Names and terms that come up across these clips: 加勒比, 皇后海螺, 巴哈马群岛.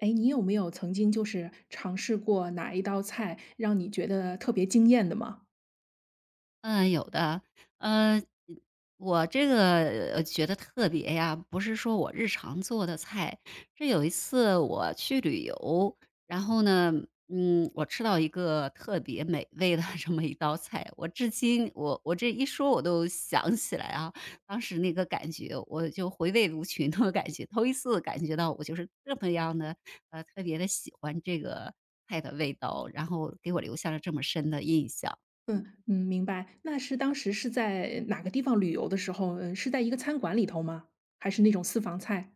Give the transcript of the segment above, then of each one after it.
哎，你有没有曾经就是尝试过哪一道菜让你觉得特别惊艳的吗？嗯，有的。呃，我这个觉得特别呀，不是说我日常做的菜。这有一次我去旅游，然后呢，我吃到一个特别美味的 这么一道菜，我至今我这一说我都想起来啊，当时那个感觉，我就回味无穷的感觉，头一次感觉到我就是这么样的，特别的喜欢这个菜的味道，然后给我留下了这么深的印象。嗯嗯，明白。那是当时是在哪个地方旅游的时候，嗯，是在一个餐馆里头吗？还是那种私房菜？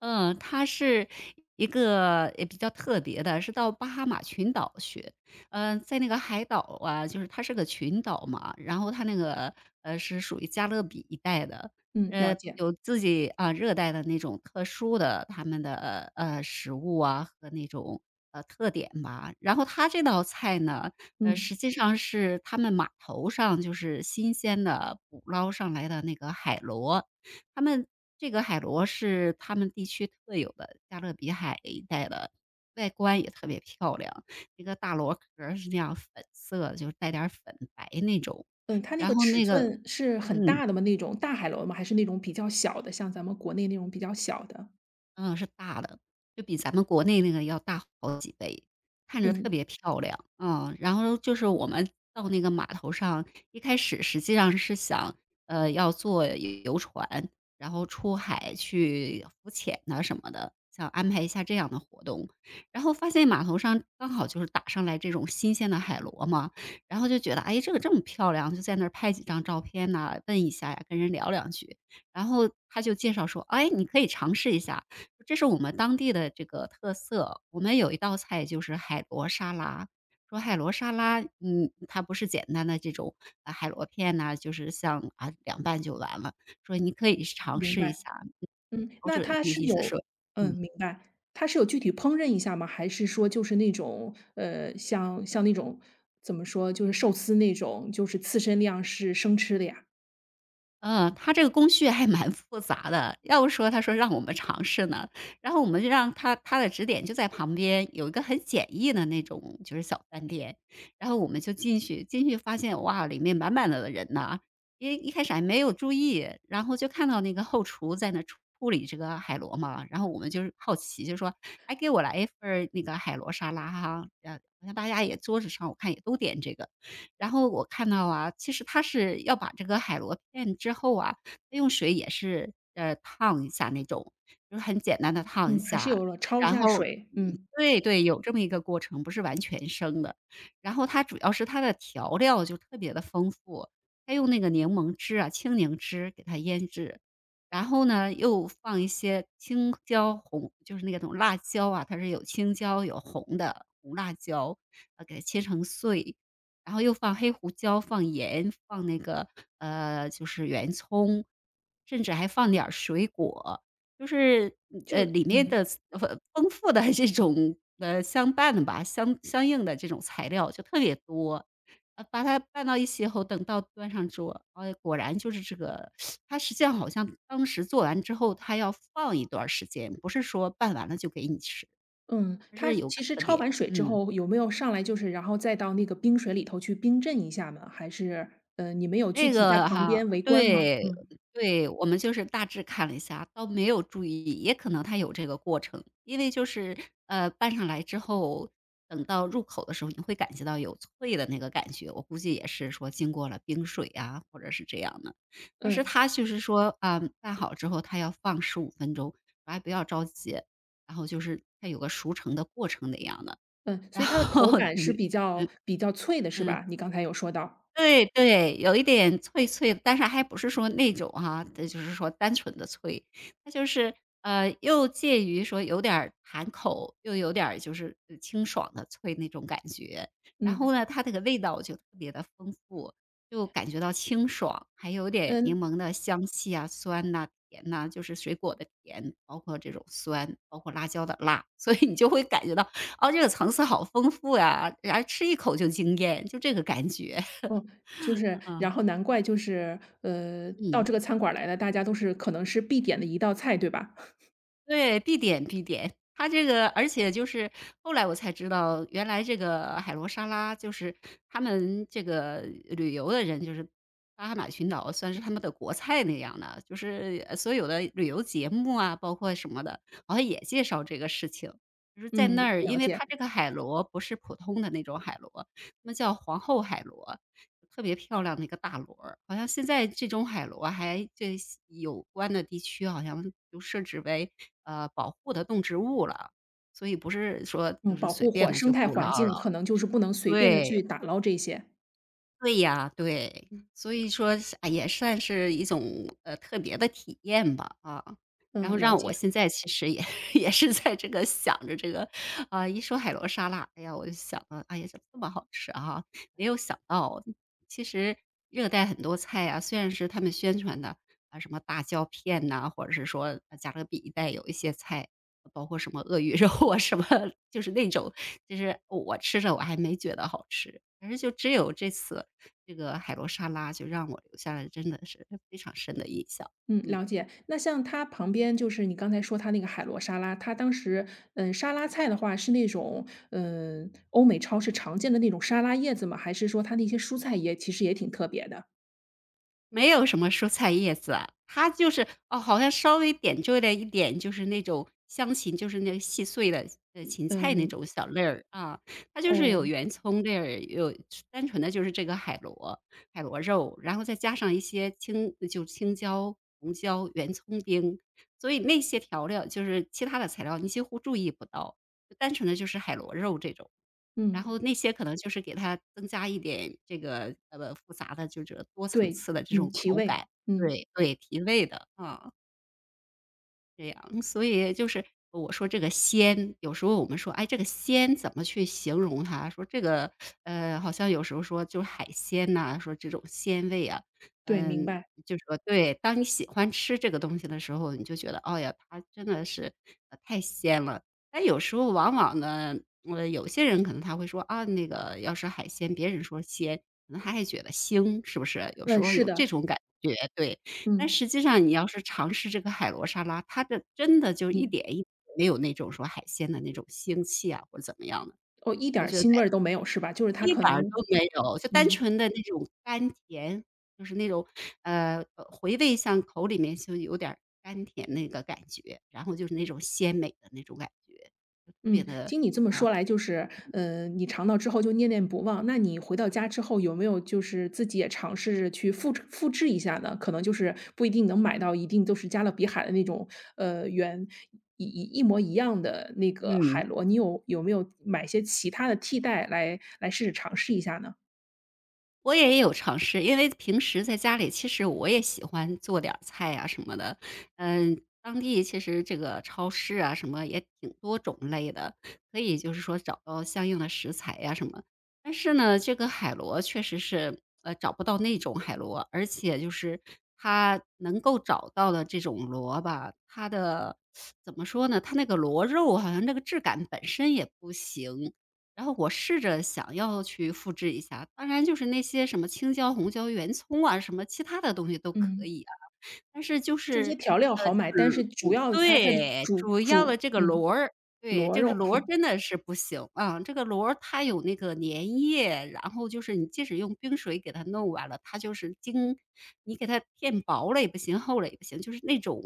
嗯，他是一个也比较特别的，是到巴哈马群岛去。嗯，在那个海岛啊，就是它是个群岛嘛，然后它那个是属于加勒比一带的，嗯，了呃，解。有自己啊、热带的那种特殊的他们的食物啊和那种特点吧。然后他这道菜呢，呃，嗯实际上是他们码头上就是新鲜的捕捞上来的那个海螺，他们这个海螺是他们地区特有的，加勒比海一带的，外观也特别漂亮。那个大螺壳儿是那样粉色的，就是带点儿粉白那种。嗯，它那然个后尺那个寸是很嗯。大的吗？那种大海螺吗？还是那种比较小的，像咱们国内那种比较小的？嗯，是大的，就比咱们国内那个要大好几倍，看着特嗯，别漂亮。嗯，然后就是我们到那个码头上，一开始实际上是想，要坐游船，然后出海去浮潜呐什么的，想安排一下这样的活动。然后发现码头上刚好就是打上来这种新鲜的海螺嘛，然后就觉得，哎，这个这么漂亮，就在那儿拍几张照片呐、问一下呀，跟人聊两句。然后他就介绍说，哎，你可以尝试一下。这是我们当地的这个特色。我们有一道菜就是海螺沙拉，说海螺沙拉，嗯，它不是简单的这种啊海螺片呐、就是像啊凉拌就完了。说你可以尝明试一白。下，嗯嗯，保那准它意是意思有说，嗯嗯，明白。它是有具体烹饪一下吗？还是说就是那种，像那种怎么说，就是寿司那种，就是刺身量是生吃的呀？嗯，他这个工序还蛮复杂的，要不说他说让我们尝试呢，然后我们就让他的指点就在旁边有一个很简易的那种就是小饭店，然后我们就进去，进去发现哇，里面满满的人呐，因为一开始还没有注意，然后就看到那个后厨在那处理这个海螺嘛，然后我们就是好奇，就说："哎，给我来一份儿那个海螺沙拉哈。"呃，好像大家也桌子上我看也都点这个，然后我看到啊，其实它是要把这个海螺片之后啊，它用水也是，烫一下那种，就是很简单的烫一嗯，还是下，有了焯一然下后水，嗯嗯，对对，有这么一个过程，不是完全生的。然后它主要是它的调料就特别的丰富，它用那个柠檬汁啊，青柠汁给它腌制，然后呢，又放一些青椒红就是那种辣椒啊，它是有青椒有红的，红辣椒，给它切成碎，然后又放黑胡椒、放盐、放那个，呃，就是圆葱，甚至还放点儿水果，就是就呃，是里面嗯，的丰富的这种，呃，相伴的吧，相应的这种材料就特别多。把它拌到一起以后，等到端上桌，哎，果然就是这个它实际上好像当时做完之后，它要放一段儿时间，不是说拌完了就给你吃，嗯，它它是有个其实特焯点，完水之嗯。后有没有上来就是然后再到那个冰水里头去冰镇一下呢？你们有具那体在个旁哈边围观吗？对，嗯，对，我们就是大致看了一下，倒没有注意，也可能它有这个过程。因为就是，拌上来之后，等到入口的时候，你会感觉到有脆的那个感觉，我估计也是说经过了冰水啊，或者是这样的。但是嗯，它就是说，啊，拌好之后它要放15分钟，还不要着急，然后就是它有个熟成的过程那样的，嗯，所然以它的口后 感是嗯，比较脆的是嗯。吧？你刚才有说到，对对，有一点脆脆的，但是还不是说那种哈，这就是说单纯的脆，它就是，呃，又介于说有点儿弹口，又有点儿就是清爽的脆那种感觉。然嗯，后呢，它这个味道就特别的丰富，就感觉到清爽，还有点嗯。柠檬的香气啊、酸呐、甜呐，就是水果的甜，包括这种酸，包括辣椒的辣。所以你就会感觉到，哦，这个层次好丰富呀，然后吃一口就惊艳，就这个感觉。哦，就是然嗯，后难怪就是，到嗯。这个餐馆儿来的大家都是可能是必点的一道菜，对吧？对，必点必点。它这个而且就是后来我才知道，原来这个海螺沙拉就是他们这个旅游的人，就是巴哈马群岛算是他们的国菜那样的，就是所有的旅游节目啊，包括什么的，好像也介绍这个事情。就是在那嗯，儿，因了为解。它这个海螺不是普通的那种海螺，那们叫皇后海螺。特别漂亮的一个大螺儿好像现在这种海螺还这有关的地区好像就设置为，保护的动植物了，所以不是说嗯，就是保随护便环的生就态捕环捞境，了。可能就是不能随便的去对。打捞这些。对呀，对，所以说是哎也算是一种，特别的体验吧，啊。然嗯，后了让解，我现在其实也 也是在这个想着这个，啊，一说海螺沙拉，哎呀，我就想啊，哎呀，怎么这么好吃啊，没有想到，其实热带很多菜啊，虽然是他们宣传的，啊，什么大椒片呐，或者是说加勒比一带有一些菜，包括什么鳄鱼肉啊，什么就是那种，就是我吃着我还没觉得好吃，但是就只有这次这个海螺沙拉就让我留下了真的是非常深的印象。嗯，嗯，了解。那像它旁边就是你刚才说它那个海螺沙拉，它当时，嗯，沙拉菜的话是那种，嗯，欧美超市常见的那种沙拉叶子吗？还是说它那些蔬菜也其实也挺特别的？没有什么蔬菜叶子啊，它就是哦，好像稍微点缀了一点，就是那种香芹，就是那个细碎的芹嗯，菜那明种小粒儿啊，它就是有哦，圆葱粒儿，有单纯的就是这个海螺肉，然后再加上一些青就青椒、红椒、圆葱丁，所以那些调料就是其他的材料你几乎注意不到，就单纯的就是海螺肉这种。然嗯，后那些可能就是给它增加一点这个，复杂的就是多层对，次的这嗯，种提口味，感，嗯，对对，提味的，嗯。这样，所以就是我说这个鲜，有时候我们说，哎，这个鲜怎么去形容它？说这个，呃，好像有时候说就是海鲜呐、说这种鲜味啊，对，明嗯，白。就说对，当你喜欢吃这个东西的时候，你就觉得，哦呀，它真的是太鲜了。但有时候往往呢，有些人可能他会说啊，那个要是海鲜，别人说鲜，可能他还觉得腥，是不是？有时嗯，候是有的，这种感觉，对。但嗯，实际上你要是尝试这个海螺沙拉，它的真的就一你点一点没有那种说海鲜的那种腥气啊，或者怎么样的，哦，一点我儿觉得腥味儿哎都没有是吧？就是一它可点儿都能没有，就单嗯，纯的那种甘甜，就是那种，回味像口里面就有点儿甘甜那个感觉，然后就是那种鲜美的那种感觉，就特嗯，别的经你这么啊说来就是，你尝到之后就念念不忘，那你回到家之后有没有就是自己也尝试着去复制一下呢？可能就是不一定能买到一定都是加勒比海的那种，原一一一模一样的那个海嗯。螺，你有没有买一些其他的替代来试着尝试一下呢？我也有尝试，因为平时在家里，其实我也喜欢做点儿菜呀什么的。嗯，当地其实这个超市啊什么也挺多种类的，可以就是说找到相应的食材呀什么。但是呢，这个海螺确实是找不到那种海螺，而且就是它能够找到的这种螺吧，它的怎么说呢？它那个螺肉好像那个质感本身也不行，然后我试着想要去复制一下，当然就是那些什么青椒、红椒、圆葱啊，什么其他的东西都可嗯，以啊。但是就这些是，调料好这买，但是个主要它的对，主要主的这个嗯。螺儿，对，螺这个肉，螺儿 真的是不行，啊，这个螺儿它有那个粘液，然后就是你即使用冰水给它弄完了，它就是你给它片薄了也不行，厚了也不行，就是那种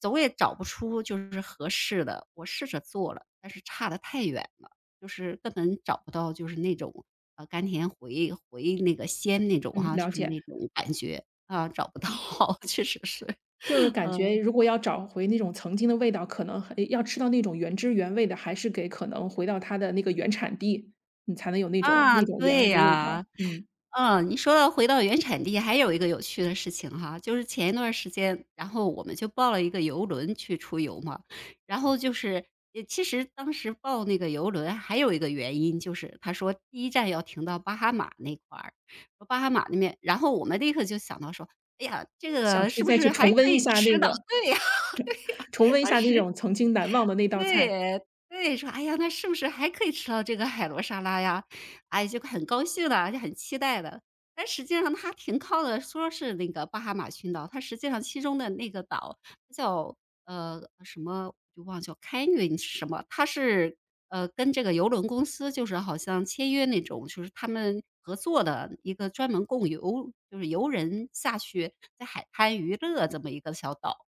总也找不出就是合适的。我试着做了，但是差的太远了，就是根本找不到就是那种，甘甜回那个鲜那种嗯，哈，了就是解，那种感觉。啊，找不到，嗯，确实是，就是感觉嗯。如果要找回那种曾经的味道，可能还要吃到那种原汁原味的，还是给可能回到它的那个原产地，你才能有那种啊，原来对的味道。呀。嗯，嗯，你说到回到原产地，还有一个有趣的事情哈，就是前一段儿时间，然后我们就报了一个游轮去出游嘛。然后就是也其实当时报那个游轮还有一个原因，就是他说第一站要停到巴哈马那块儿，说巴哈马那边然后我们立刻就想到说，哎呀，这想个去是不再去是还重温可一以下那吃到个对呀，对呀，重温一当下那时种曾经难忘的那道菜。对，对，说："哎呀，那是不是还可以吃到这个海螺沙拉呀？"哎，就很高兴的，就很期待的。但实际上它停靠的说是那个巴哈马群岛，它实际上其中的那个岛叫什么，我就忘叫 Canyon 是什么，它是跟这个邮轮公司就是好像签约那种，就是他们合作的一个专门供游，就是游人下去在海滩娱乐这么一个小岛。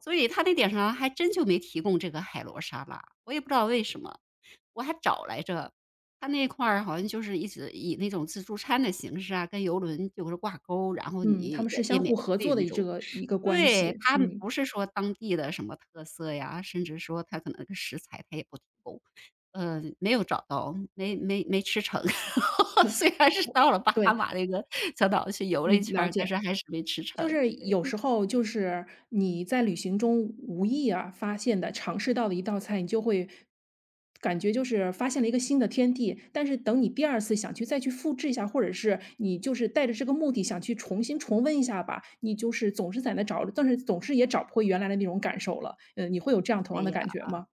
所以他那点上还真就没提供这个海螺沙拉，我也不知道为什么，我还找来着。他那块儿好像就是一直以那种自助餐的形式啊，跟游轮就是挂钩，然后嗯，他你们是也也相免互合费作的那一这种。个一个关对，系。他们嗯，不是说当地的什么特色呀，甚至说他可能那个食材他也不提供，呃，没有找到，没吃成。虽然是我到了巴哈对，马那个小岛去游了一嗯，圈了儿但解。是还是没吃就成，是对，有时候就是你在旅行中无意啊发现的，尝试到的一道菜，你就会感觉就是发现了一个新的天地。但是等你第二次想去再去复制一下，或者是你就是带着这个目的想去重新重温一下吧，你就是总是在那找，但是总是也找不回原来的那种感受了。嗯，你会有这样同所样的以呀感觉吗？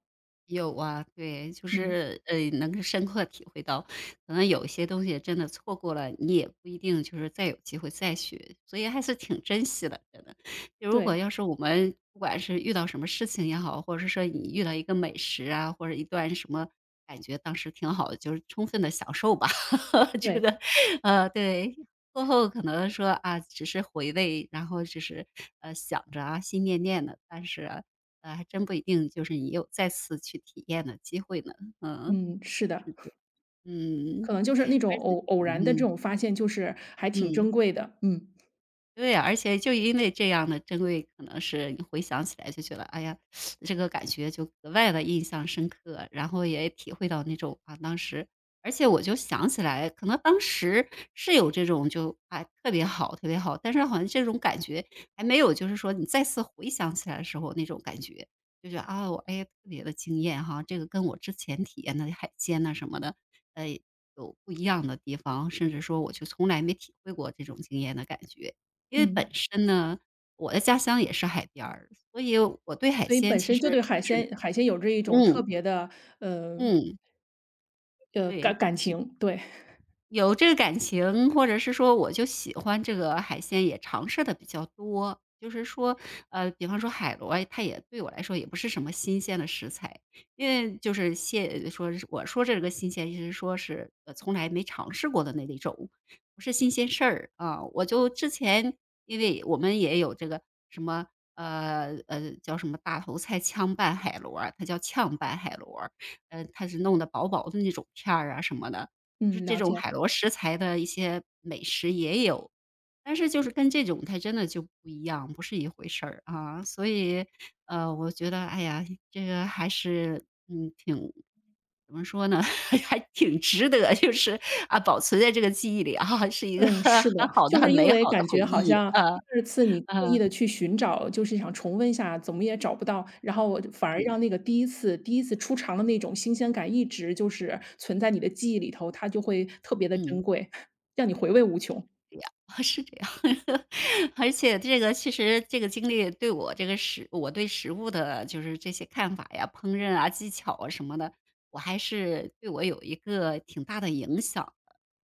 有啊，对，就嗯，是呃，能深刻体会到，可能有一些东西真的错过了，你也不一定就是再有机会再学，所以还是挺珍惜的，真的。就如对果要是我们不管是遇到什么事情也好，或者是说你遇到一个美食啊，或者一段什么感觉当时挺好的，就是充分的享受吧。觉对，得对，过后可能说啊，只是回味，然后只是想着啊，心念念的，但是还真不一定就是你有再次去体验的机会呢。嗯，嗯，是的，是嗯可能就是那种偶嗯然的这嗯种发现，就是还挺嗯。珍贵的。嗯对呀，而且就因为这样的珍贵，可能是你回想起来就觉得，哎呀，这个感觉就格外的印象深刻，然后也体会到那种，啊，当时而且我就想起来，可能当时是有这种就，啊，特别好特别好，但是好像这种感觉还没有就是说你再次回想起来的时候那种感觉，就觉得，啊，我，哎，呀特别的惊艳哈，这个跟我之前体验的海鲜呐什么的，呃，有不一样的地方，甚至说我就从来没体会过这种惊艳的感觉。因为本嗯。身呢，我的家乡也是海边儿，所以我对海所以鲜本其身就实对海鲜是有着一种特嗯，别的，呃，嗯，对。感情，对，有这个感情，或者是说我就喜欢这个海鲜，也尝试的比较多。就是说，比方说海螺，它也对我来说也不是什么新鲜的食材，因为就是现说是我说这个新鲜，就是说是，从来没尝试过的那一种，不是新鲜事儿，啊。我就之前因为我们也有这个什么，叫什么大头菜炝拌海螺儿它叫炝拌海螺儿呃，它是弄得薄薄的那种片儿啊什么的。就是嗯，这了种解。海螺食材的一些美食也有，但是就是跟这种它真的就不一样，不是一回事儿啊。所以，我觉得，哎呀，这个还是，嗯，挺怎么说呢，还挺值得，就是啊，保存在这个记忆里啊，是一个 嗯，很是的，好的、就是很因美为好的感回觉好忆。像呃，第二次你故意呃，的去寻找，就是想重温一下，怎么也找不到，然后反而嗯，让那个第一次出尝的那种新鲜感一直就是存在你的记忆里头，它就会特别的珍嗯。贵，让你回味无穷。这样，是这样。而且这个其实这个经历对我对食物的就是这些看法呀、烹饪啊、技巧啊什么的，我还是对我有一个挺大的影响。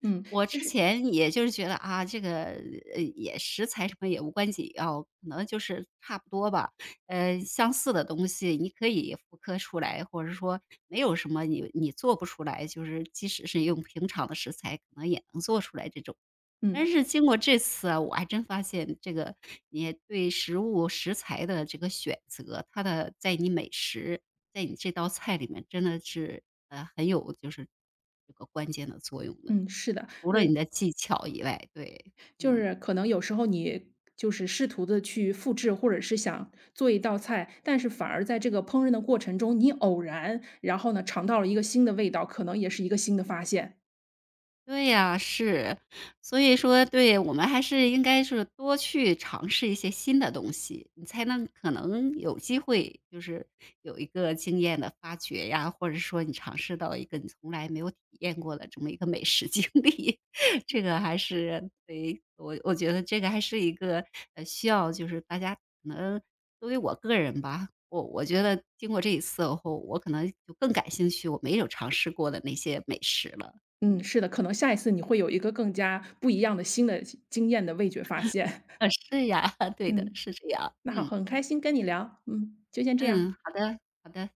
嗯，我其之实前也就是觉得啊，这个食材什么也无关紧要，可能就是差不多吧。呃，相似的东西你可以复刻出来，或者说没有什么你做不出来，就是即使是用平常的食材，可能也能做出来这种。嗯，但是经过这次啊，我还真发现这个你对食物食材的这个选择，在你美食在你这道菜里面真的是很有就是这个关键的作用的。嗯，是的，除了你嗯。的技巧以外，对，就嗯。是可能有时候你就是试图的去复制，或者是想做一道菜，但是反而在这个烹饪的过程中，你偶然，然后呢，尝到了一个新的味道，可能也是一个新的发现。对呀，是。所以说对，我们还是应该是多去尝试一些新的东西，你才能可能有机会，就是有一个经验的发掘呀，或者说你尝试到一个你从来没有体验过的这么一个美食经历。这个还是对，我觉得这个还是一个，呃，需要就是大家可能作为我个人吧，我觉得经过这一次后，我可能就更感兴趣我没有尝试过的那些美食了，嗯，嗯。是的，可能下一次你会有一个更加不一样的新的经验的味觉发现。呃，是呀，对的，嗯，是这样。那好，嗯，很开心跟你聊，嗯，就先这样。嗯，好的，好的。